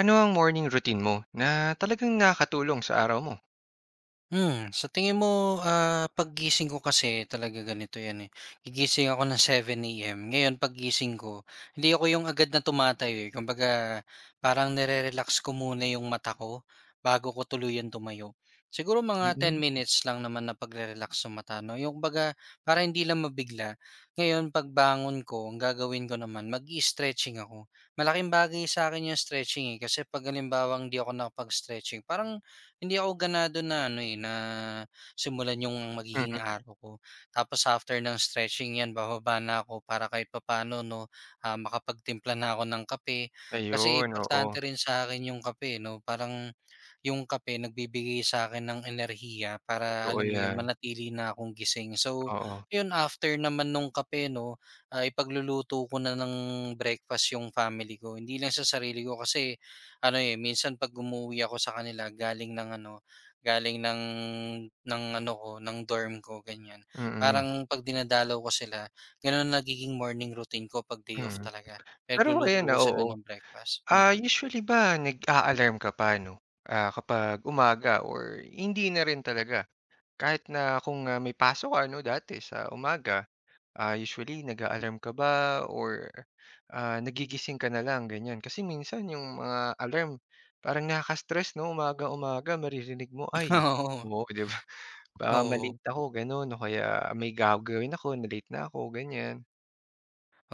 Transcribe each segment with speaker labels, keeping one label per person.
Speaker 1: Ano ang morning routine mo na talagang nakatulong sa araw mo?
Speaker 2: Sa tingin mo, ah, paggising ko kasi talaga ganito 'yan, eh, gigising ako ng 7 AM. Ngayon paggising ko, hindi ako yung agad na tumatayo, eh, kumbaga parang nire-relax ko muna yung mata ko bago ko tuluyan tumayo. Siguro mga ten
Speaker 1: Mm,
Speaker 2: minutes lang naman na pagre-relax ng mata 'no, yung kumbaga para hindi lang mabigla. Ngayon pagbangon ko, ang gagawin ko naman mag stretching ako. Malaking bagay sa akin yung stretching, eh, kasi 'pag halimbawang hindi ako nakapag-stretching parang hindi ako ganado na ano, eh, na simulan yung magiging
Speaker 1: mm.
Speaker 2: araw ko. Tapos after ng stretching 'yan bababa na ako para kahit papano 'no, ah, makapagtimpla na ako ng kape. Kasi
Speaker 1: Ayun, oo.
Speaker 2: importante rin sa akin yung kape 'no, parang yung kape nagbibigay sa akin ng enerhiya para
Speaker 1: Totoo
Speaker 2: alam mo 'yun,
Speaker 1: 'yan,
Speaker 2: manatili na akong gising. So
Speaker 1: oo.
Speaker 2: 'yun, after naman nung kape 'no, ah, ipagluluto ko na ng breakfast yung family ko. Hindi lang sa sarili ko kasi ano, eh, minsan 'pag umuuwi ako sa kanila galing ng ano, galing ng ano ko, ng dorm ko, ganyan.
Speaker 1: Mm,
Speaker 2: Parang 'pag dinadalaw ko sila, gano'n nagiging morning routine ko 'pag day off
Speaker 1: mm.
Speaker 2: talaga.
Speaker 1: Pero
Speaker 2: Nagluluto
Speaker 1: ayan,
Speaker 2: ko sila
Speaker 1: oo.
Speaker 2: ng breakfast, mm.
Speaker 1: Usually ba nag-a-alarm ka pa 'no, kapag umaga or hindi na rin talaga kahit na kung, may pasok ka 'no dati sa umaga? Usually nag-a-alarm ka ba or, nagigising ka na lang ganyan? Kasi minsan yung mga alarm parang nakaka-stress 'no, umaga-umaga maririnig mo, "Ay."
Speaker 2: Oo,
Speaker 1: Oo, 'di ba? "Baka
Speaker 2: oo.
Speaker 1: ma-late ako," gano'n o kaya may gagawin ako, na-late na ako, ganyan.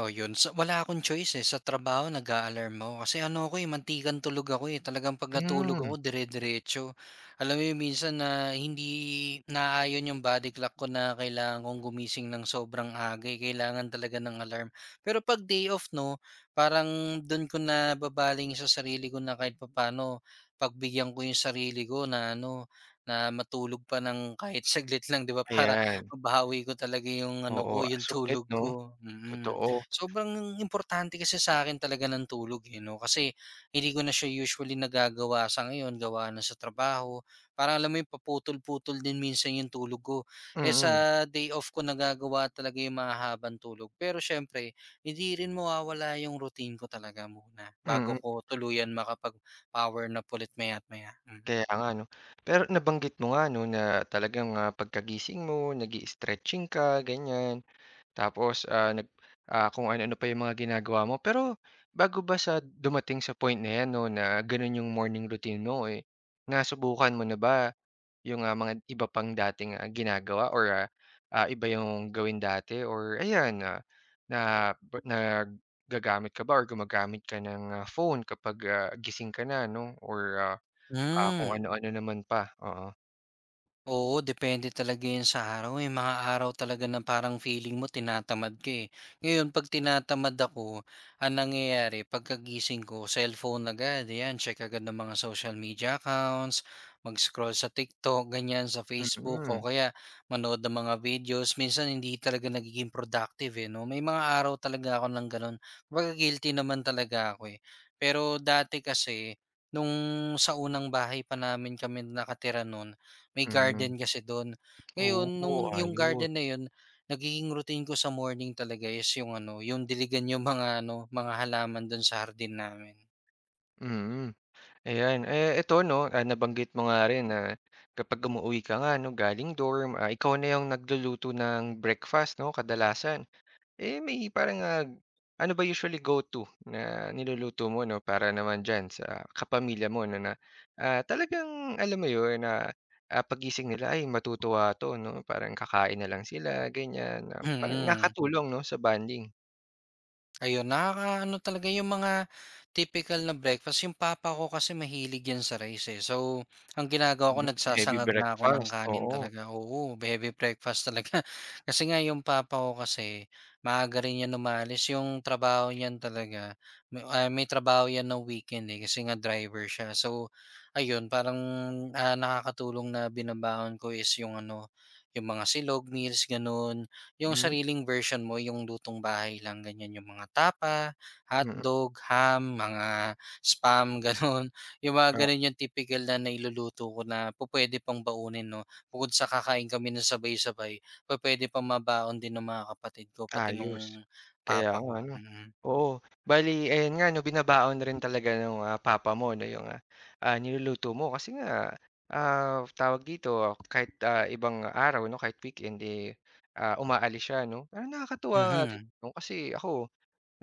Speaker 2: Oh, yun sa wala akong choice, eh, sa trabaho nag-a-alarm ako kasi ano ako, eh, mantikan tulog ako, eh, talagang 'pag natulog
Speaker 1: Hmm,
Speaker 2: ako dire-diretso. Alam mo yun minsan na hindi naaayon yung body clock ko na kailangan kong gumising ng sobrang aga, eh, kailangan talaga ng alarm. Pero 'pag day off 'no, parang dun ko na babaling sa sarili ko na kahit papano pagbigyan ko yung sarili ko na ano, na matulog pa ng kahit saglit lang 'di ba, para
Speaker 1: ayan,
Speaker 2: mabawi ko talaga yung ano
Speaker 1: oo,
Speaker 2: ko, yung
Speaker 1: sulit
Speaker 2: tulog
Speaker 1: 'no?
Speaker 2: ko, mm. mm.
Speaker 1: Totoo,
Speaker 2: Sobrang importante kasi sa akin talaga ng tulog, eh, 'no, kasi hindi ko na siya usually nagagawa sa ngayon gawa ng sa trabaho. Parang alam mo yung paputol-putol din minsan yung tulog ko. Eh,
Speaker 1: mm,
Speaker 2: sa day off ko nagagawa talaga yung mahahabang tulog. Pero siyempre hindi rin mawawala yung routine ko talaga muna bago
Speaker 1: mm,
Speaker 2: ko tuluyan makapag-power nap ulit maya't maya. Mhm. mm.
Speaker 1: kaya nga 'no. Pero nabanggit mo nga 'no, na talagang, pagkagising mo nag stretching ka, ganyan. Tapos, kung ano-ano pa yung mga ginagawa mo. Pero bago ba sa dumating sa point na 'yan 'no, na gano'n yung morning routine mo, eh, nasubukan mo na ba yung, mga iba pang dating, ginagawa or, iba yung gawin dati or ayan, na ba naggagamit ka ba or gumagamit ka ng, phone kapag, gising ka na 'no or, ah, kung
Speaker 2: Hmm.
Speaker 1: ano-ano naman pa? Oo.
Speaker 2: Oo, depende talaga 'yan sa araw, eh. May mga araw talaga na parang feeling mo tinatamad ka, eh. Ngayon 'pag tinatamad ako, ang nangyayari pagkagising ko cellphone agad, yan check agad ng mga social media accounts, mag-scroll sa TikTok, ganyan, sa
Speaker 1: Mm,
Speaker 2: Facebook
Speaker 1: mm.
Speaker 2: o kaya manood ng mga videos. Minsan hindi talaga nagiging productive, eh, 'no. May mga araw talaga ako ng gano'n, kumbaga guilty naman talaga ako, eh. Pero dati kasi, nung sa unang bahay pa namin kami nakatira noon may
Speaker 1: Mm.
Speaker 2: garden kasi dun. Ngayon
Speaker 1: Oo,
Speaker 2: nung yung
Speaker 1: ayos.
Speaker 2: garden na yun, nagiging routine ko sa morning talaga is yung ano, yung diligan yung mga ano, mga halaman dun sa hardin namin.
Speaker 1: Mm. Ayan. Eh, ito 'no, nabanggit mo nga rin na kapag umuuwi ka nga 'no, galing dorm, ikaw na yung nagluluto ng breakfast 'no, kadalasan. Eh, may parang, ano ba usually go to na niluluto mo 'no, para naman diyan sa kapamilya mo 'no, na, talagang alam mo yun na, paggising nila, "Ay matutuwa 'to 'no." Parang kakain na lang sila ganyan, na parang
Speaker 2: Mm.
Speaker 1: nakatulong 'no, sa bonding.
Speaker 2: Ayun, nakakaano talaga yung mga typical na breakfast. Yung papa ko kasi mahilig yan sa rice, eh. So, ang ginagawa ko
Speaker 1: Mhm, heavy
Speaker 2: nagsasangag na ako ng
Speaker 1: breakfast,
Speaker 2: kanin
Speaker 1: oo.
Speaker 2: talaga. Oo, heavy breakfast talaga. Kasi nga yung papa ko kasi maaga rin yan umalis. Yung trabaho niyan talaga, may, ah, may trabaho yan ng weekend eh kasi nga driver siya. So, ayun, parang ah, nakakatulong na binabaon ko is yung ano, yung mga silog meals, ganun. Yung
Speaker 1: Hmm,
Speaker 2: sariling version mo, yung lutong bahay lang ganyan, yung mga tapa,
Speaker 1: mm.
Speaker 2: hotdog, ham, mga spam, gano'n. Yung mga gano'n yung tipikal na nailuluto ko na pwede pang baunin 'no, bukod sa kakain kami ng sabay-sabay, pwede pang mabaon din ng mga kapatid ko, pati
Speaker 1: Ayos.
Speaker 2: nung
Speaker 1: Kaya
Speaker 2: papa
Speaker 1: nga
Speaker 2: ko,
Speaker 1: 'no.
Speaker 2: mm.
Speaker 1: Oo, bale ayan nga 'no, binabaon na rin talaga ng papa mo 'no, yung, niluluto mo kasi nga, tawag dito, kahit, ibang araw 'no, kahit weekend, eh, umaalis siya 'no. Pero nakakatuwa nga rin
Speaker 2: Mhm,
Speaker 1: 'no, kasi ako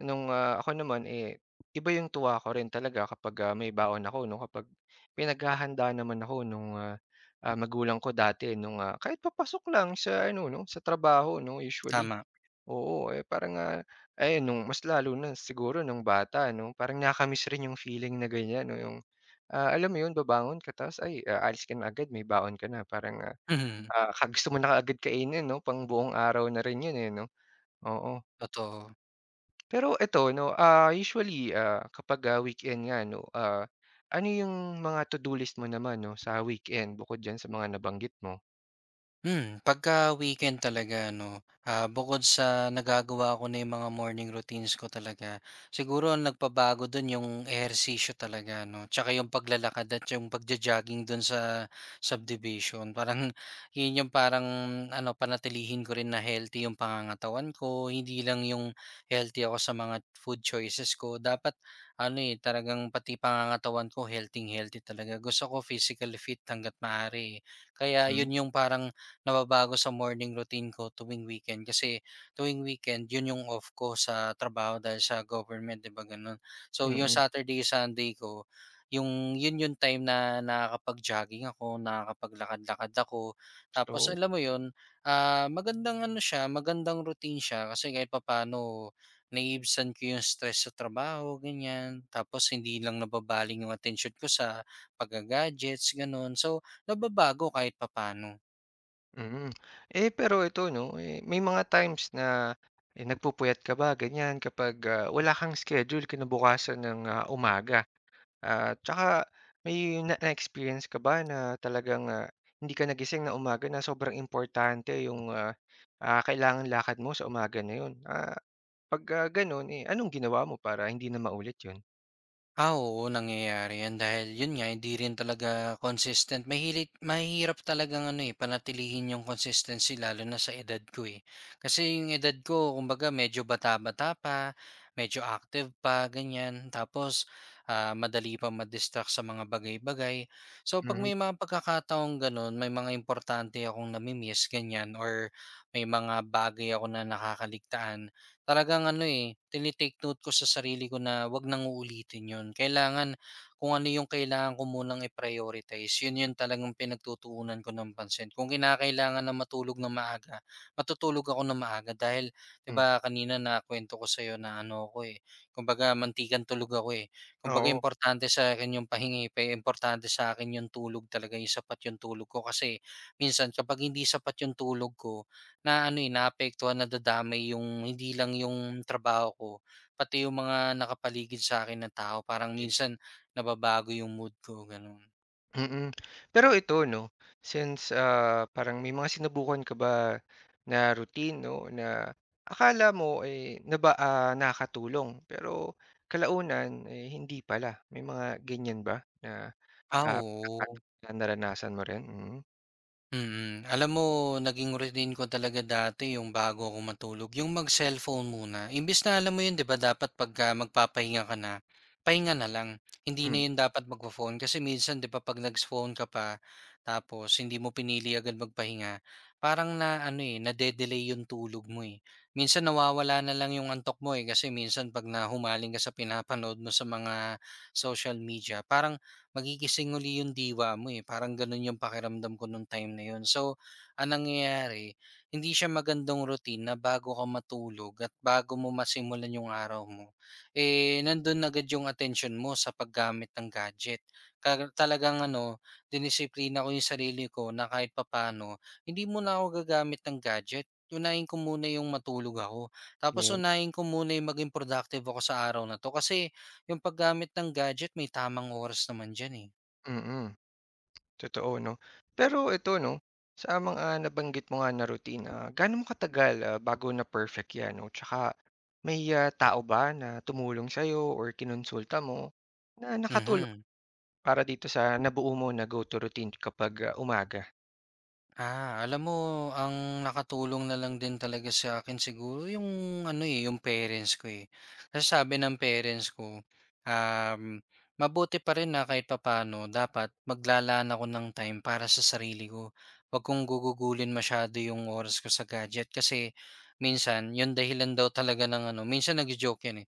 Speaker 1: nung, ako naman, eh, iba yung tuwa ko rin talaga kapag, may baon ako 'no, kapag pinaghahanda naman ako nung, magulang ko dati nung, kahit papasok lang sa ano 'no, sa trabaho 'no usually.
Speaker 2: tama.
Speaker 1: Oo, eh, parang, ayun nung mas lalo na siguro nung bata 'no, parang nakaka-miss rin yung feeling na ganyan 'no, yung, alam mo yun babangon ka tapos ay aalis ka na agad may baon ka na parang,
Speaker 2: Mhm,
Speaker 1: ka gusto mo na kaagad kainin 'no, pangbuong araw na rin yun, eh, 'no, oo.
Speaker 2: totoo.
Speaker 1: Pero eto 'no, usually, kapag, weekend nga 'no, ano yung mga to-do list mo naman 'no, sa weekend bukod diyan sa mga nabanggit mo?
Speaker 2: Hmm, pagka-weekend talaga 'no, ah, bukod sa nagagawa ko na yung mga morning routines ko talaga, siguro ang nagpabago dun yung ehersisyo talaga 'no, tsaka yung paglalakad at yung pagjo-jogging dun sa subdivision. Parang yun yung parang ano, panatilihin ko rin na healthy yung pangangatawan ko, hindi lang yung healthy ako sa mga food choices ko. Dapat ano, eh, talagang pati pangangatawan ko healthy healthy talaga. Gusto ko physical fit hangga't maaari, eh. Kaya
Speaker 1: Hmm.
Speaker 2: yun yung parang nababago sa morning routine ko tuwing weekend kasi tuwing weekend yun yung off ko sa trabaho dahil sa government 'di ba ganun. So yung
Speaker 1: Mm,
Speaker 2: Saturday, Sunday ko yung yun yung time na nakakapag-jogging ako, nakakapaglakad-lakad ako. Tapos
Speaker 1: so
Speaker 2: alam mo yun, ah, magandang ano siya, magandang routine siya kasi kahit papaano naiibsan ko yung stress sa trabaho, ganyan. Tapos hindi lang nababaling yung attention ko sa pagga-gadgets, ganun. So, nababago kahit papano.
Speaker 1: mm. Eh, pero ito 'no, eh, may mga times na, eh, nagpupuyat ka ba ganyan kapag, wala kang schedule kinabukasan ng, umaga? At tsaka may na na-experience ka ba na talagang, hindi ka nagising na umaga na sobrang importante yung, kailangang lakad mo sa umaga na yun? Pagka gano'n, eh, anong ginawa mo para hindi na maulit yun?
Speaker 2: Ah, oo nangyayari 'yan dahil 'yun nga hindi rin talaga consistent. Mahilit mahirap talagang ano, eh, panatilihin yung consistency lalo na sa edad ko, eh. Kasi yung edad ko kumbaga medyo bata-bata pa, medyo active pa ganiyan tapos, ah, madali pa madistract sa mga bagay-bagay. So 'pag
Speaker 1: Mhm,
Speaker 2: may mga pagkakataong gano'n, may mga importante akong nami-miss ganyan, or may mga bagay ako na nakakaligtaan talagang ano, eh, tinitake note ko sa sarili ko na 'wag nang uulitin 'yun. Kailangan kung ano yung kailangan ko munang i-prioritize, 'yun 'yun talagang pinagtutuunan ko ng pansin. Kung kinakailangan na matulog nang maaga, matutulog ako nang maaga dahil 'di
Speaker 1: mm.
Speaker 2: ba kanina na nakuwento ko sa'yo na ano ko eh, kumbaga mantikan tulog ako, eh. Kumbaga
Speaker 1: Oo.
Speaker 2: importante sa akin yung pahingi, pa importante sa akin yung tulog talaga, yung sapat yung tulog ko kasi minsan kapag hindi sapat yung tulog ko, na ano, eh, naapektuhan, nadadamay yung hindi lang yung trabaho ko, pati yung mga nakapaligid sa akin na tao parang minsan nababago yung mood ko, gano'n.
Speaker 1: Mm. Pero ito 'no, since, parang may mga sinubukan ka ba na routine 'no, na akala mo, eh, nakakatulong pero kalaunan, eh, hindi pala? May mga ganyan ba na,
Speaker 2: Ah,
Speaker 1: ah,
Speaker 2: oo.
Speaker 1: na naranasan mo rin? Mm.
Speaker 2: Mm. Alam mo naging routine ko talaga dati yung bago ako matulog, yung mag-cellphone muna. Imbes na alam mo yun 'di ba dapat pagka magpapahinga ka na, pahinga na lang. Hindi na
Speaker 1: Hmm,
Speaker 2: yun dapat magfo-phone kasi minsan 'di ba 'pag nag-phone ka pa tapos hindi mo pinili agad magpahinga, parang na ano, eh, na delay yung tulog mo, eh. Minsan nawawala na lang yung antok mo, eh, kasi minsan 'pag nahumaling ka sa pinapanood mo sa mga social media, parang magigising uli yung diwa mo, eh, parang gano'n yung pakiramdam ko nung time na yun. So, anong nangyayari, hindi siya magandang routine na bago ka matulog at bago mo masimulan yung araw mo, eh, nandun agad yung attention mo sa paggamit ng gadget. Talagang ano, dinisiplina ko yung sarili ko na kahit papano, hindi muna ako gagamit ng gadget unahin ko muna yung matulog ako. Tapos
Speaker 1: 'yon.
Speaker 2: unahin ko muna yung maging productive ako sa araw na to. Kasi yung paggamit ng gadget may tamang oras naman diyan, eh.
Speaker 1: Mm. Totoo 'no. Pero ito 'no, sa mga nabanggit mo nga na routine, gaano mo katagal, bago na perfect 'yan 'no? Tsaka may, tao ba na tumulong sa'yo or kinonsulta mo na nakatulong
Speaker 2: Mhm.
Speaker 1: para dito sa nabuo mo na go-to routine kapag, umaga?
Speaker 2: Ah, alam mo ang nakatulong na lang din talaga sa akin siguro yung ano, eh, yung parents ko, eh. Kasi sabi ng parents ko, um, mabuti pa rin na kahit papaano dapat maglalaan ako ng time para sa sarili ko. 'Wag kong gugugulin masyado yung oras ko sa gadget kasi minsan yun dahilan daw talaga ng ano minsan nagjo-joke yan, eh.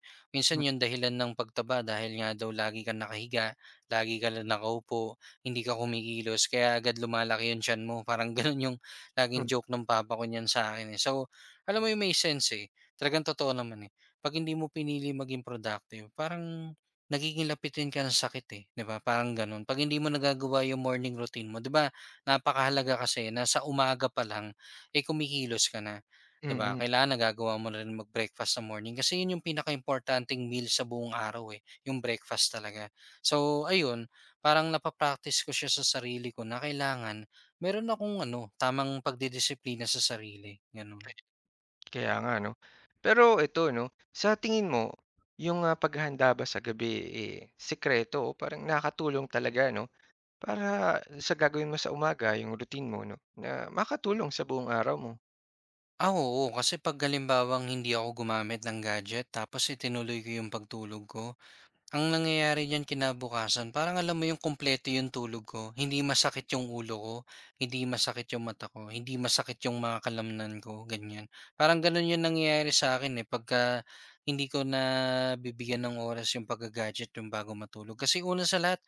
Speaker 1: Mm,
Speaker 2: Minsan yun dahilan ng pagtaba dahil nga daw lagi kang nakahiga, lagi ka lang nakaupo hindi ka kumikilos kaya agad lumalaki yung tiyan mo. Parang gano'n yung laging
Speaker 1: mm.
Speaker 2: joke ng papa ko niyan sa'kin, eh. So, alam mo yun may sense, eh. Talagang totoo naman, eh. 'Pag hindi mo pinili maging productive parang nagiging lapitin ka ng sakit, eh, 'di ba? Parang gano'n. 'Pag hindi mo nagagawa yung morning routine mo, 'di ba napakahalaga kasi na sa umaga pa lang, eh, kumikilos ka na,
Speaker 1: Mm,
Speaker 2: 'di ba?
Speaker 1: mm.
Speaker 2: Kailangan nagagawa mo na rin mag-breakfast sa morning kasi yun yung pinakaimportanteng meal sa buong araw, eh, yung breakfast talaga. So, ayun, parang napa-practice ko siya sa sarili ko na kailangan meron akong ano, tamang pagdidisiplina sa sarili, gano'n.
Speaker 1: Kaya nga 'no. Pero ito 'no, sa tingin mo yung, paghahanda ba sa gabi, eh, sikreto o parang nakatulong talaga 'no? Para sa gagawin mo sa umaga, yung routine mo 'no, na makatulong sa buong araw mo.
Speaker 2: Ah, oo, kasi 'pag halimbawang hindi ako gumamit ng gadget tapos itinuloy ko yung pagtulog ko. Ang nangyayari diyan kinabukasan parang alam mo yung kumpleto yung tulog ko, hindi masakit yung ulo ko, hindi masakit yung mata ko, hindi masakit yung mga kalamnan ko, ganyan. Parang gano'n yung nangyayari sa akin eh, pagka hindi ko na bibigyan ng oras yung pagga-gadget yung bago matulog. Kasi una sa lahat,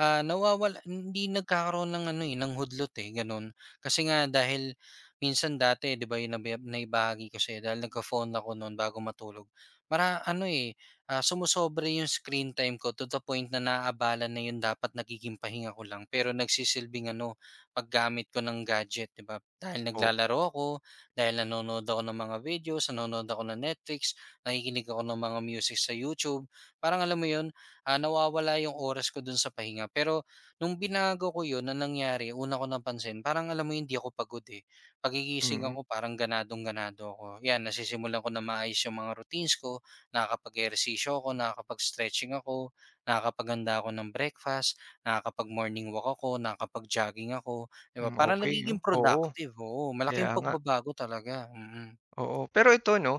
Speaker 2: ah, nawawala hindi nagkakaroon ng ano, eh, ng hudlot, eh, gano'n. Kasi nga dahil minsan dati 'di ba yung naibahagi ko sa'yo dahil nagka-phone ako no'n bago matulog, para ano, eh, ah, sumosobra yung screen time ko to the point na naaabala na yun dapat nagiging pahinga ko lang. Pero nagsisilbing ano, paggamit ko ng gadget, 'di ba? Dahil
Speaker 1: O
Speaker 2: naglalaro ako, dahil nanonood ako ng mga videos, nanonood ako ng Netflix, nakikinig ako ng mga music sa YouTube. Parang alam mo yun, ah, nawawala yung oras ko dun sa pahinga. Pero nung binago ko yun, na nangyari, una ko napansin, parang alam mo yun, hindi ako pagod eh. Pagigising
Speaker 1: mm,
Speaker 2: ako, parang ganadong-ganado ako. Yan, nasisimulan ko na maayos yung mga routines ko, nakakapag-ehersisyo ako, nakakapag-stretching ako, nakakapaghanda ako ng breakfast, nakakapag-morning walk ako, nakakapag-jogging ako, 'di ba?
Speaker 1: hmm,
Speaker 2: Parang
Speaker 1: okey 'no,
Speaker 2: nagiging
Speaker 1: oo,
Speaker 2: productive, oo.
Speaker 1: kaya
Speaker 2: Malaking
Speaker 1: nga,
Speaker 2: pagbabago talaga. Mm-mm. mm.
Speaker 1: oo. Pero ito 'no,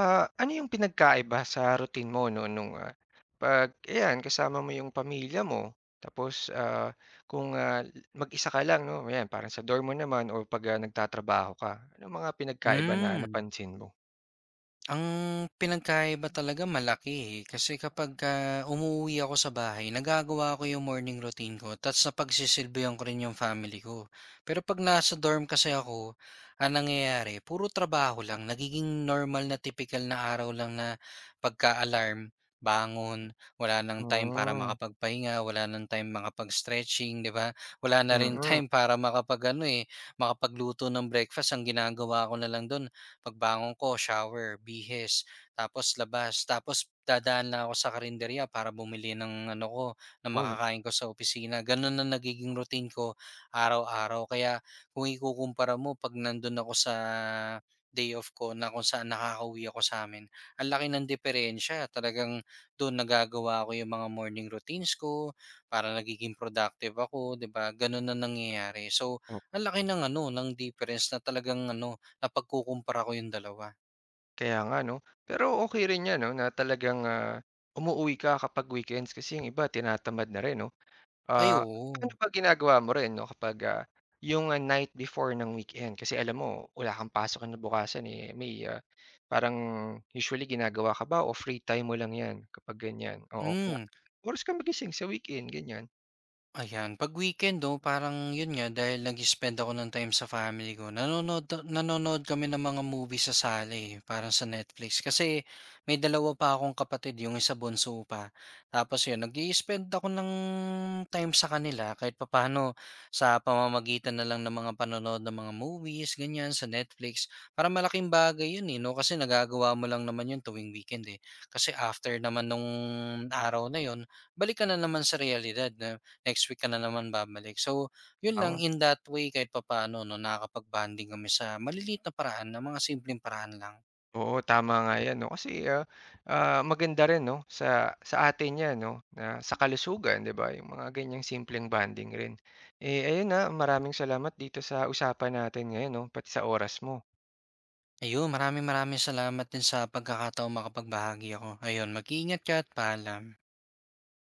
Speaker 1: ano yung pinagkaiba sa routine mo 'no nung, 'pag ayan kasama mo yung pamilya mo, tapos, kung, mag-isa ka lang 'no, ayan parang sa dorm mo naman o 'pag, nagtatrabaho ka, anong mga pinagkaiba na
Speaker 2: Hmm.
Speaker 1: napansin mo?
Speaker 2: Ang pinagkaiba talaga malaki, eh, kasi kapagka umuwi ako sa bahay nagagawa ko yung morning routine ko ta's napagsisilbihan ko rin yung family ko. Pero 'pag nasa dorm kasi ako, ang nangyayari puro trabaho lang, nagiging normal na tipikal na araw lang na pagka-alarm, bangon, wala ng time para
Speaker 1: Hmm,
Speaker 2: makapagpahinga, wala ng time makapag-stretching, 'di ba? Wala na rin
Speaker 1: mm,
Speaker 2: time para makapag-ano, eh, makapagluto ng breakfast, ang ginagawa ko na lang dun pagbangon ko shower, bihis, tapos labas, tapos dadaan na ako sa karinderya para bumili ng ano ko, na
Speaker 1: oo 'no.
Speaker 2: makakain ko sa opisina. Ganun na nagiging routine ko araw-araw. Kaya kung ikukumpara mo pag nandun ako sa day off ko na kung saan nakakauwi ako sa amin, ang laki ng diferensya. Talagang doon nagagawa ko yung mga morning routines ko para nagiging productive ako, 'di ba? Ganun na nangyayari. So, ang laki ng ano, ng difference na talagang ano, napagkukumpara ko yung dalawa.
Speaker 1: Kaya nga 'no. Pero okay rin 'yan 'no, na talagang, umuuwi ka kapag weekends kasi yung iba tinatamad na rin 'no.
Speaker 2: Ay
Speaker 1: Ah, Ano
Speaker 2: oo.
Speaker 1: ba ginagawa mo rin 'no kapag, yung, night before ng weekend? Kasi alam mo wala kang pasok kinabukasan, eh, may, parang usually ginagawa ka ba o free time mo lang 'yan kapag ganyan? Oo, okay na.
Speaker 2: Hmm.
Speaker 1: Oras ka magising sa weekend, ganyan.
Speaker 2: Ayan, 'pag weekend do parang yun nga dahil nag-spend ako ng time sa family ko, nanonood kami ng mga movie sa sala, eh, parang sa Netflix. Kasi may dalawa pa akong kapatid, yung isa bunso pa. Tapos yun, nag spend ako ng time sa kanila kahit papaano sa pamamagitan na lang ng mga panonood ng mga movies, ganyan, sa Netflix. Para malaking bagay yun, eh, 'no, kasi nagagawa mo lang naman yun tuwing weekend, eh. Kasi after naman nung araw na yun, balik ka na naman sa realidad na next week ka na naman babalik. So, yun lang
Speaker 1: Tama.
Speaker 2: in that way kahit papaano 'no, nakakapag-bonding kami sa maliliit na paraan, na mga simpleng paraan lang.
Speaker 1: Oo, tama nga 'yan 'no, kasi, maganda rin 'no sa atin 'yan 'no, na sa kalusugan 'di ba, yung mga ganyang simpleng banding rin. Eh, ayun, na maraming salamat dito sa usapan natin ngayon 'no, pati sa oras mo.
Speaker 2: Ayun, maraming maraming salamat din sa pagkakataong makapagbahagi ako. Ayun, mag-iingat ka at paalam.